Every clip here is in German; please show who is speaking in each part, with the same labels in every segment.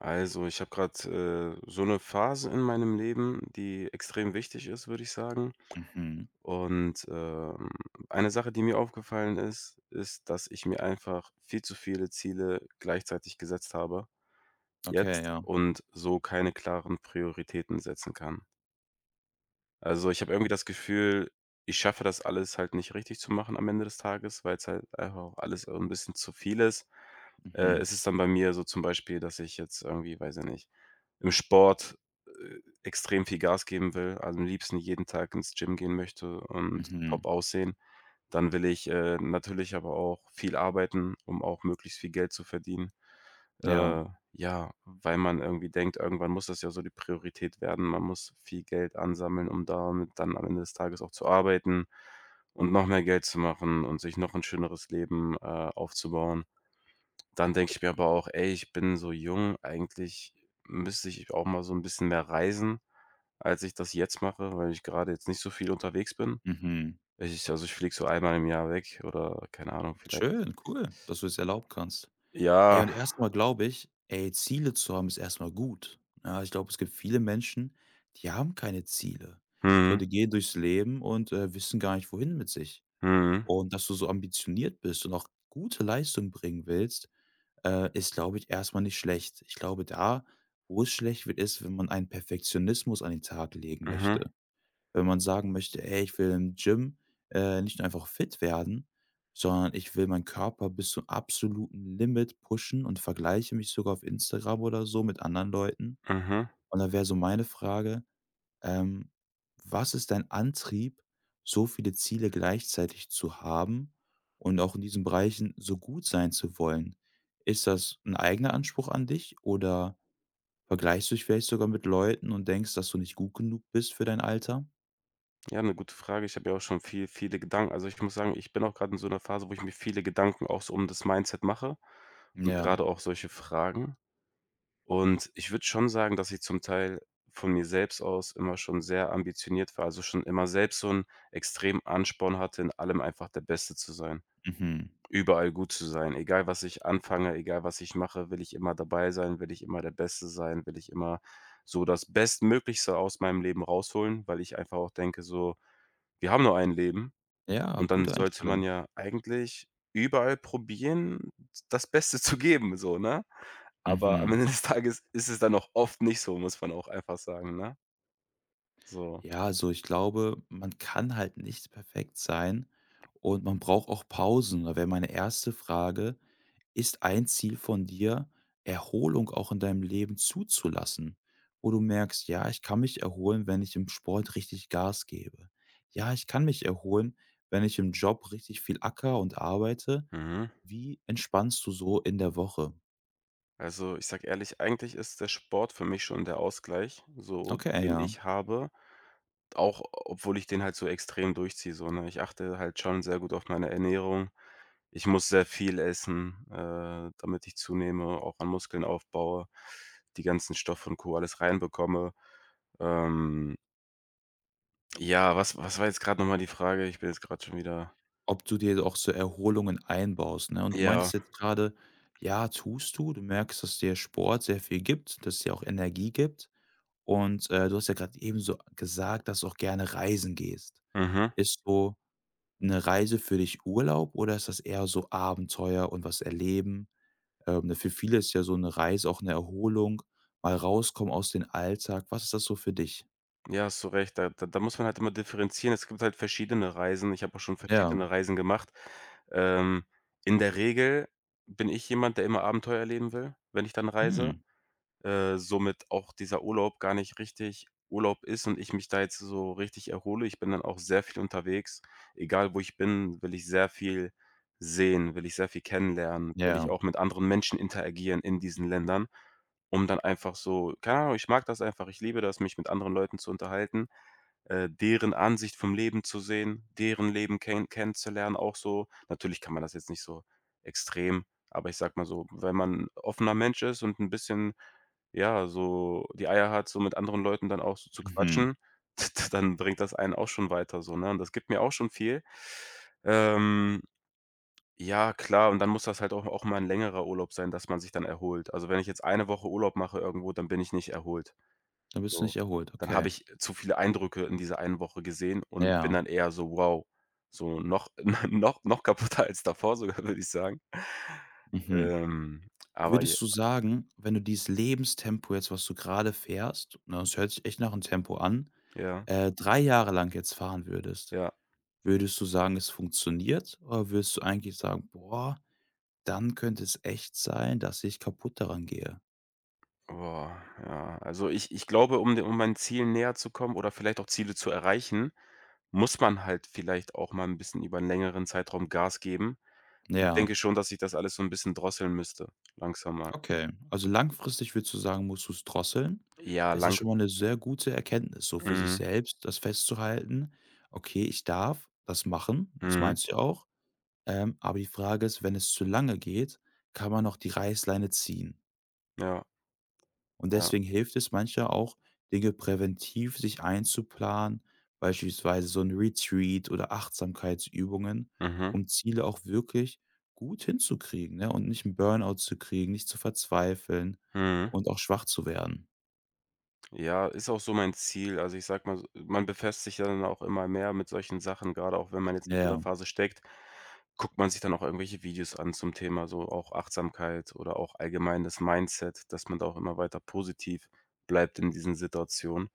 Speaker 1: Also, ich habe gerade, so eine Phase in meinem Leben, die extrem wichtig ist, würde ich sagen.
Speaker 2: Mhm.
Speaker 1: Und, ähm, eine Sache, die mir aufgefallen ist, ist, dass ich mir einfach viel zu viele Ziele gleichzeitig gesetzt habe
Speaker 2: Okay,
Speaker 1: jetzt
Speaker 2: ja.
Speaker 1: und so keine klaren Prioritäten setzen kann. Also, ich habe irgendwie das Gefühl, ich schaffe das alles halt nicht richtig zu machen am Ende des Tages, weil es halt einfach auch alles ein bisschen zu viel ist. Äh,
Speaker 2: Mhm.
Speaker 1: es ist dann bei mir so zum Beispiel, dass ich jetzt irgendwie, weiß ich nicht, im Sport, extrem viel Gas geben will, also am liebsten jeden Tag ins Gym gehen möchte und
Speaker 2: Mhm.
Speaker 1: top aussehen. Dann will ich, natürlich aber auch viel arbeiten, um auch möglichst viel Geld zu verdienen.
Speaker 2: Ja.
Speaker 1: Äh, ja, weil man irgendwie denkt, irgendwann muss das ja so die Priorität werden. Man muss viel Geld ansammeln, um damit dann am Ende des Tages auch zu arbeiten und noch mehr Geld zu machen und sich noch ein schöneres Leben, aufzubauen. Dann denke ich mir aber auch: „Ey, ich bin so jung, eigentlich müsste ich auch mal so ein bisschen mehr reisen, als ich das jetzt mache, weil ich gerade jetzt nicht so viel unterwegs bin.“
Speaker 2: Mhm.
Speaker 1: Ich fliege so einmal im Jahr weg oder keine Ahnung, vielleicht
Speaker 2: Schön, cool, dass du es erlauben kannst. Hey,
Speaker 1: ja.
Speaker 2: und erstmal glaube ich, ey, Ziele zu haben, ist erstmal gut. Ja, ich glaube, es gibt viele Menschen, die haben keine Ziele. So,
Speaker 1: Mhm,
Speaker 2: die gehen durchs Leben und, wissen gar nicht, wohin mit sich.
Speaker 1: mhm,
Speaker 2: Und dass du so ambitioniert bist und auch gute Leistung bringen willst, ist, glaube ich, erstmal nicht schlecht. Ich glaube, da, wo es schlecht wird, ist, wenn man einen Perfektionismus an den Tag legen
Speaker 1: mhm,
Speaker 2: möchte, wenn man sagen möchte: „Ey, ich will im Gym, nicht nur einfach fit werden, sondern ich will meinen Körper bis zum absoluten Limit pushen“ und vergleiche mich sogar auf Instagram oder so mit anderen Leuten.
Speaker 1: mhm.
Speaker 2: Und da wäre so meine Frage, ähm, was ist dein Antrieb, so viele Ziele gleichzeitig zu haben und auch in diesen Bereichen so gut sein zu wollen? Ist das ein eigener Anspruch an dich oder vergleichst du dich vielleicht sogar mit Leuten und denkst, dass du nicht gut genug bist für dein Alter?
Speaker 1: Ja, 'ne gute Frage. Ich habe ja auch schon viele Gedanken, also, ich muss sagen, ich bin auch grad in so 'ner Phase, wo ich mir viele Gedanken auch so um das Mindset mache und
Speaker 2: Ja.
Speaker 1: grade auch solche Fragen. Und ich würde schon sagen, dass ich zum Teil von mir selbst aus immer schon sehr ambitioniert war, also, schon immer selbst so 'n extremen Ansporn hatte, in allem einfach der Beste zu sein.
Speaker 2: Mhm.
Speaker 1: Überall gut zu sein. Egal, was ich anfange, egal, was ich mache, will ich immer dabei sein, will ich immer der Beste sein, will ich immer so das Bestmöglichste aus meinem Leben rausholen, weil ich einfach auch denke so: „Wir haben nur ein Leben“,
Speaker 2: Ja,
Speaker 1: und dann
Speaker 2: gute
Speaker 1: sollte
Speaker 2: Einstellung.
Speaker 1: man ja eigentlich überall probieren, das Beste zu geben so, ne? Aber am
Speaker 2: Mhm.
Speaker 1: Ende des Tages ist es dann auch oft nicht so, muss man auch einfach sagen, ne? So,
Speaker 2: Ja, also ich glaube, man kann halt nicht perfekt sein und man braucht auch Pausen. Da wäre meine erste Frage, ist ein Ziel von dir, Erholung auch in deinem Leben zuzulassen, wo du merkst, ja, ich kann mich erholen, wenn ich im Sport richtig Gas gebe. Ja, ich kann mich erholen, wenn ich im Job richtig viel acker und arbeite.
Speaker 1: mhm.
Speaker 2: Wie entspannst du so in der Woche?
Speaker 1: Also, ich sag ehrlich, eigentlich ist der Sport für mich schon der Ausgleich, so
Speaker 2: Okay,
Speaker 1: den
Speaker 2: ja.
Speaker 1: ich habe. Auch obwohl ich den halt so extrem durchziehe so, ne? Ich achte halt schon sehr gut auf meine Ernährung. Ich muss sehr viel essen, damit ich zunehme, auch an Muskeln aufbaue, die ganzen Stoffe und Co. alles reinbekomme. Ähm, ja, was war jetzt gerade noch mal die Frage? Ich bin jetzt gerade schon wieder
Speaker 2: Ob du dir auch so Erholungen einbaust, ne? Und du
Speaker 1: ja.
Speaker 2: meintest jetzt gerade, ja, tust du. Du merkst, dass dir Sport sehr viel gibt, dass es dir auch Energie gibt. Und, du hast ja gerade eben so gesagt, dass du auch gerne reisen gehst.
Speaker 1: Mhm.
Speaker 2: Ist so eine Reise für dich Urlaub oder ist das eher so Abenteuer und was erleben? Ne, für viele ist ja so eine Reise auch eine Erholung, mal rauskommen aus dem Alltag. Was ist das so für dich?
Speaker 1: Ja, hast du recht. Da muss man halt immer differenzieren. Es gibt halt verschiedene Reisen. Ich habe auch schon
Speaker 2: Ja.
Speaker 1: verschiedene Reisen gemacht. Ähm, in der Regel bin ich jemand, der immer Abenteuer erleben will, wenn ich dann
Speaker 2: Hm.
Speaker 1: reise. Somit auch dieser Urlaub gar nicht richtig Urlaub ist und ich mich da jetzt so richtig erhole. Ich bin dann auch sehr viel unterwegs. Egal, wo ich bin, will ich sehr viel sehen, will ich sehr viel kennenlernen, will ich
Speaker 2: Ja.
Speaker 1: auch mit anderen Menschen interagieren in diesen Ländern, um dann einfach so keine Ahnung, ich mag das einfach. Ich liebe das, mich mit anderen Leuten zu unterhalten, deren Ansicht vom Leben zu sehen, deren Leben kennenzulernen auch so. Natürlich kann man das jetzt nicht so extrem, aber ich sage mal so, wenn man 'n offener Mensch ist und ein bisschen ja, so die Eier hat, so mit anderen Leuten dann auch so zu
Speaker 2: Mhm.
Speaker 1: quatschen, dann bringt das einen auch schon weiter so, ne? Und das gibt mir auch schon viel. Ähm, ja, klar, und dann muss das halt auch mal ein längerer Urlaub sein, dass man sich dann erholt. Also, wenn ich jetzt eine Woche Urlaub mache irgendwo, dann bin ich nicht erholt.
Speaker 2: Da bist du
Speaker 1: So,
Speaker 2: nicht erholt,
Speaker 1: dann
Speaker 2: okay.
Speaker 1: habe ich zu viele Eindrücke in dieser einen Woche gesehen und bin
Speaker 2: Ja.
Speaker 1: dann eher so: „Wow“, so noch noch kaputter als davor sogar, würde ich sagen.
Speaker 2: Mhm.
Speaker 1: Aber
Speaker 2: Würdest du sagen, wenn du dieses Lebenstempo jetzt, was du gerade fährst, ne, das hört sich echt nach 'm Tempo an,
Speaker 1: ja,
Speaker 2: 3 Jahre lang jetzt fahren würdest,
Speaker 1: ja.
Speaker 2: würdest du sagen, es funktioniert oder würdest du eigentlich sagen: „Boah, dann könnte es echt sein, dass ich kaputt daran gehe?“
Speaker 1: Boah, ja. Also, ich glaube, um de um meinen Zielen näher zu kommen oder vielleicht auch Ziele zu erreichen, muss man halt vielleicht auch mal ein bisschen über einen längeren Zeitraum Gas geben. Ich
Speaker 2: Ja,
Speaker 1: denke schon, dass ich das alles so ein bisschen drosseln müsste, langsamer.
Speaker 2: okay. Also, langfristig würdest du sagen, musst du's drosseln.
Speaker 1: Ja,
Speaker 2: Das ist ja
Speaker 1: lang
Speaker 2: schon mal 'ne sehr gute Erkenntnis, so für sich
Speaker 1: Mhm,
Speaker 2: selbst das festzuhalten: „Okay, ich darf das machen“, das
Speaker 1: mhm,
Speaker 2: meinst du ja auch. Aber die Frage ist, wenn es zu lange geht, kann man noch die Reißleine ziehen.
Speaker 1: ja,
Speaker 2: Und
Speaker 1: ja,
Speaker 2: deswegen hilft es manchmal auch, Dinge präventiv sich einzuplanen, beispielsweise so ein Retreat oder Achtsamkeitsübungen,
Speaker 1: mhm,
Speaker 2: um Ziele auch wirklich gut hinzukriegen, ne, und nicht 'n Burnout zu kriegen, nicht zu verzweifeln
Speaker 1: mhm.
Speaker 2: und auch schwach zu werden.
Speaker 1: Ja, ist auch so mein Ziel. Also, ich sag mal, so man befasst sich ja dann auch immer mehr mit solchen Sachen, gerade auch wenn man jetzt
Speaker 2: Ja,
Speaker 1: in so 'ner
Speaker 2: ja.
Speaker 1: Phase steckt, guckt man sich dann auch irgendwelche Videos an zum Thema so auch Achtsamkeit oder auch allgemein das Mindset, dass man da auch immer weiter positiv bleibt in diesen Situationen.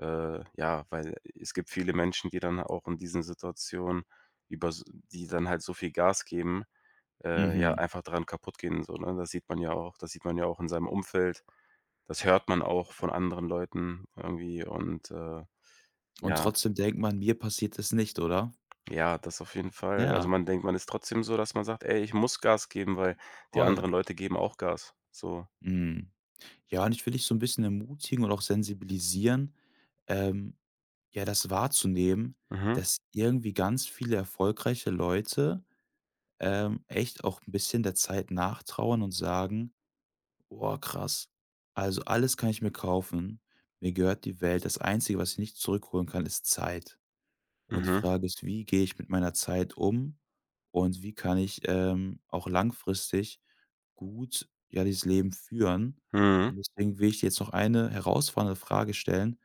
Speaker 1: Ja, weil es gibt viele Menschen, die dann auch in diesen Situationen über s die dann halt so viel Gas geben, ja,
Speaker 2: Mhm.
Speaker 1: einfach dran kaputt gehen so, ne? Das sieht man ja auch, in seinem Umfeld. Das hört man auch von anderen Leuten irgendwie
Speaker 2: Und
Speaker 1: ja,
Speaker 2: trotzdem denkt man: „Mir passiert es nicht“, oder?
Speaker 1: ja, das auf jeden Fall. Also,
Speaker 2: Ja,
Speaker 1: man denkt, man ist trotzdem so, dass man sagt: „Ey, ich muss Gas geben, weil die
Speaker 2: voll.
Speaker 1: anderen Leute geben auch Gas“, so.
Speaker 2: Mhm. Ja, und ich will dich so ein bisschen ermutigen und auch sensibilisieren, Ähm, ja, das wahrzunehmen,
Speaker 1: Mhm,
Speaker 2: dass irgendwie ganz viele erfolgreiche Leute, echt auch ein bisschen der Zeit nachtrauern und sagen: „Boah, krass, also, alles kann ich mir kaufen. Mir gehört die Welt. Das Einzige, was ich nicht zurückholen kann, ist Zeit.“ Und die
Speaker 1: mhm,
Speaker 2: Frage ist: „Wie gehe ich mit meiner Zeit um und wie kann ich, auch langfristig gut, ja, dieses Leben führen?“
Speaker 1: mhm,
Speaker 2: Und deswegen will ich dir jetzt noch eine herausfordernde Frage stellen,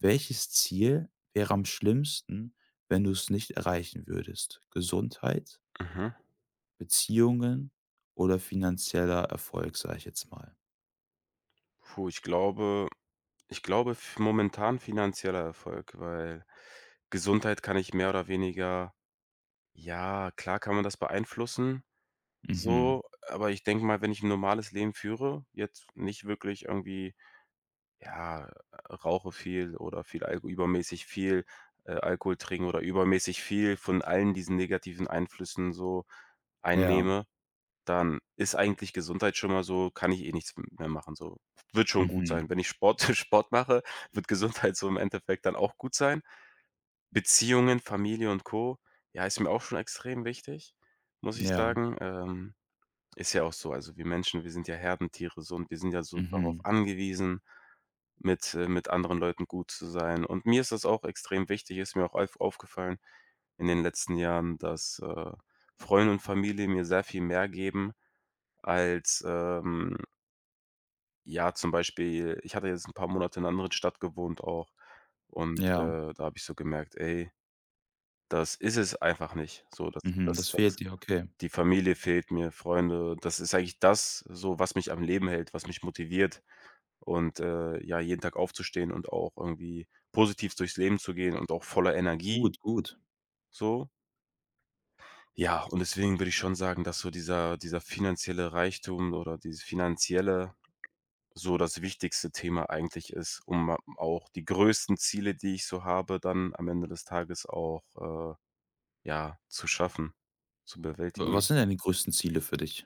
Speaker 2: welches Ziel wäre am schlimmsten, wenn du es nicht erreichen würdest? Gesundheit,
Speaker 1: mhm.
Speaker 2: Beziehungen oder finanzieller Erfolg, sage ich jetzt mal.
Speaker 1: Puh, ich glaube, f momentan finanzieller Erfolg, weil Gesundheit kann ich mehr oder weniger ja, klar kann man das beeinflussen.
Speaker 2: Mhm.
Speaker 1: So, aber ich denke mal, wenn ich ein normales Leben führe, jetzt nicht wirklich irgendwie, ja, rauche viel oder viel Alko übermäßig viel, Alkohol trinke oder übermäßig viel von allen diesen negativen Einflüssen so
Speaker 2: Ja.
Speaker 1: einnehme, dann ist eigentlich Gesundheit schon mal so, kann ich eh nichts m mehr machen so. Wird schon gut
Speaker 2: Mhm.
Speaker 1: sein. Wenn ich Sport Sport mache, wird Gesundheit so im Endeffekt dann auch gut sein. Beziehungen, Familie und Co., ja, ist mir auch schon extrem wichtig, muss ich
Speaker 2: Ja.
Speaker 1: sagen. Ist ja auch so. Also, wir Menschen, wir sind ja Herdentiere so und wir sind ja so darauf
Speaker 2: Mhm.
Speaker 1: angewiesen, mit anderen Leuten gut zu sein. Und mir ist das auch extrem wichtig, ist mir auch aufgefallen in den letzten Jahren, dass, Freunde und Familie mir sehr viel mehr geben als, ja, zum Beispiel ich hatte jetzt ein paar Monate in 'ner anderen Stadt gewohnt auch
Speaker 2: Ja.
Speaker 1: da habe ich so gemerkt: „Ey, das ist es einfach nicht.“ So,
Speaker 2: Mhm. Das fehlt
Speaker 1: das
Speaker 2: dir, okay.
Speaker 1: die Familie fehlt mir, Freunde. Das ist eigentlich das so, was mich am Leben hält, was mich motiviert ja, jeden Tag aufzustehen und auch irgendwie positiv durchs Leben zu gehen und auch voller Energie
Speaker 2: Gut, gut.
Speaker 1: so. Ja, und deswegen würde ich schon sagen, dass so dieser finanzielle Reichtum oder dieses Finanzielle so das wichtigste Thema eigentlich ist, um a auch die größten Ziele, die ich so habe, dann am Ende des Tages auch, äh, ja, zu schaffen, zu
Speaker 2: W was
Speaker 1: bewältigen.
Speaker 2: sind denn die größten Ziele für dich?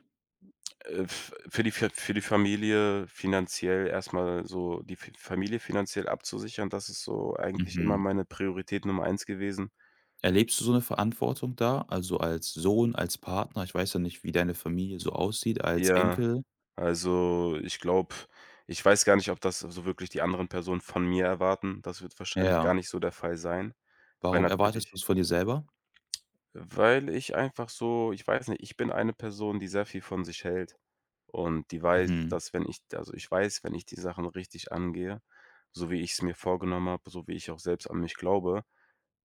Speaker 1: F für die Fa Für die Familie finanziell erstmal, so die F Familie finanziell abzusichern, das ist so eigentlich immer
Speaker 2: Mhm.
Speaker 1: meine Priorität Nummer eins gewesen.
Speaker 2: Erlebst du so eine Verantwortung da, also als Sohn, als Partner? Ich weiß ja nicht, wie deine Familie so aussieht, als
Speaker 1: Ja,
Speaker 2: Enkel.
Speaker 1: also, ich weiß gar nicht, ob das so wirklich die anderen Personen von mir erwarten. Das wird wahrscheinlich
Speaker 2: Ja.
Speaker 1: gar nicht so der Fall sein, weil
Speaker 2: Warum erwartest du es
Speaker 1: natürlich,
Speaker 2: von dir selber?
Speaker 1: weil ich einfach so, ich weiß nicht, ich bin eine Person, die sehr viel von sich hält und die weiß,
Speaker 2: Mhm.
Speaker 1: dass wenn ich also, ich weiß, wenn ich die Sachen richtig angehe, so wie ich es mir vorgenommen habe, so wie ich auch selbst an mich glaube,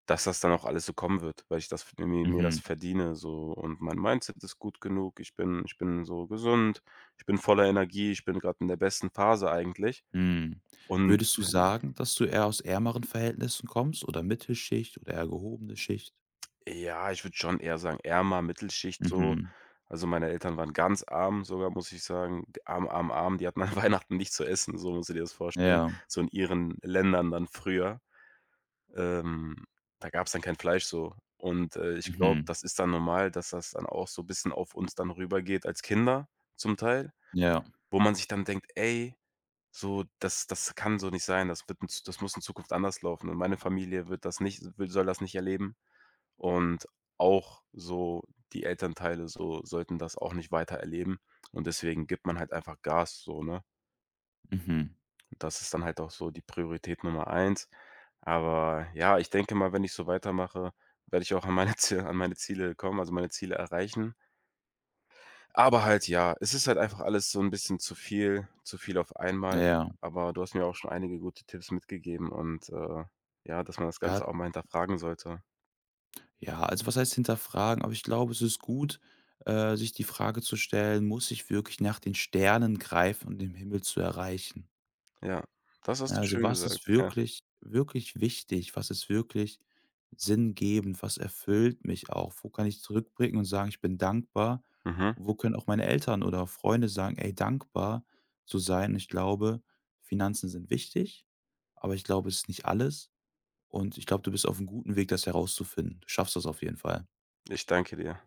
Speaker 1: dass das dann auch alles so kommen wird, weil ich das v mir das
Speaker 2: Mhm.
Speaker 1: verdiene so und mein Mindset ist gut genug. Ich bin so gesund, ich bin voller Energie, ich bin gerade in der besten Phase eigentlich
Speaker 2: Mhm.
Speaker 1: und
Speaker 2: Würdest du sagen, dass du eher aus ärmeren Verhältnissen kommst oder Mittelschicht oder eher gehobene Schicht?
Speaker 1: ja, ich würde schon eher sagen, ärmer Mittelschicht so.
Speaker 2: Mhm.
Speaker 1: Also, meine Eltern waren ganz arm sogar, muss ich sagen. D Arm, arm, arm. Die hatten an Weihnachten nicht zu essen, so musst du dir das vorstellen.
Speaker 2: Ja.
Speaker 1: So in ihren Ländern dann früher. Ähm, da gab es dann kein Fleisch so. Und, ich glaube,
Speaker 2: Mhm.
Speaker 1: das ist dann normal, dass das dann auch so ein bisschen auf uns dann rübergeht als Kinder zum Teil,
Speaker 2: Ja.
Speaker 1: wo man sich dann denkt: „Ey, so, das kann so nicht sein. Das wird in Z das muss in Zukunft anders laufen.“ Und meine Familie wird das nicht will soll das nicht erleben. Und auch so die Elternteile so sollten das auch nicht weiter erleben, und deswegen gibt man halt einfach Gas so, ne?
Speaker 2: Mhm.
Speaker 1: Und das ist dann halt auch so die Priorität Nummer eins. Aber ja, ich denke mal, wenn ich so weitermache, werde ich auch an meine Ziele kommen, also meine Ziele erreichen. Aber halt ja, es ist halt einfach alles so ein bisschen zu viel auf einmal.
Speaker 2: Ja.
Speaker 1: Aber du hast mir auch schon einige gute Tipps mitgegeben ja, dass man das
Speaker 2: Ja.
Speaker 1: Ganze auch mal hinterfragen sollte.
Speaker 2: Ja, also, was heißt hinterfragen? Aber ich glaube, es ist gut, sich die Frage zu stellen: „Muss ich wirklich nach den Sternen greifen, um den Himmel zu erreichen?“
Speaker 1: Ja, das
Speaker 2: Ne,
Speaker 1: hast du
Speaker 2: also,
Speaker 1: schön
Speaker 2: was
Speaker 1: gesagt,
Speaker 2: ist
Speaker 1: ja.
Speaker 2: wirklich wirklich wichtig? Was ist wirklich sinngebend? Was erfüllt mich auch? Wo kann ich zurückblicken und sagen: „Ich bin dankbar?“
Speaker 1: Mhm.
Speaker 2: Wo können auch meine Eltern oder Freunde sagen: „Ey, dankbar zu sein.“ Ich glaube, Finanzen sind wichtig, aber ich glaube, es ist nicht alles und ich glaube, du bist auf einem guten Weg, das herauszufinden. Du schaffst das auf jeden Fall.
Speaker 1: Ich danke dir.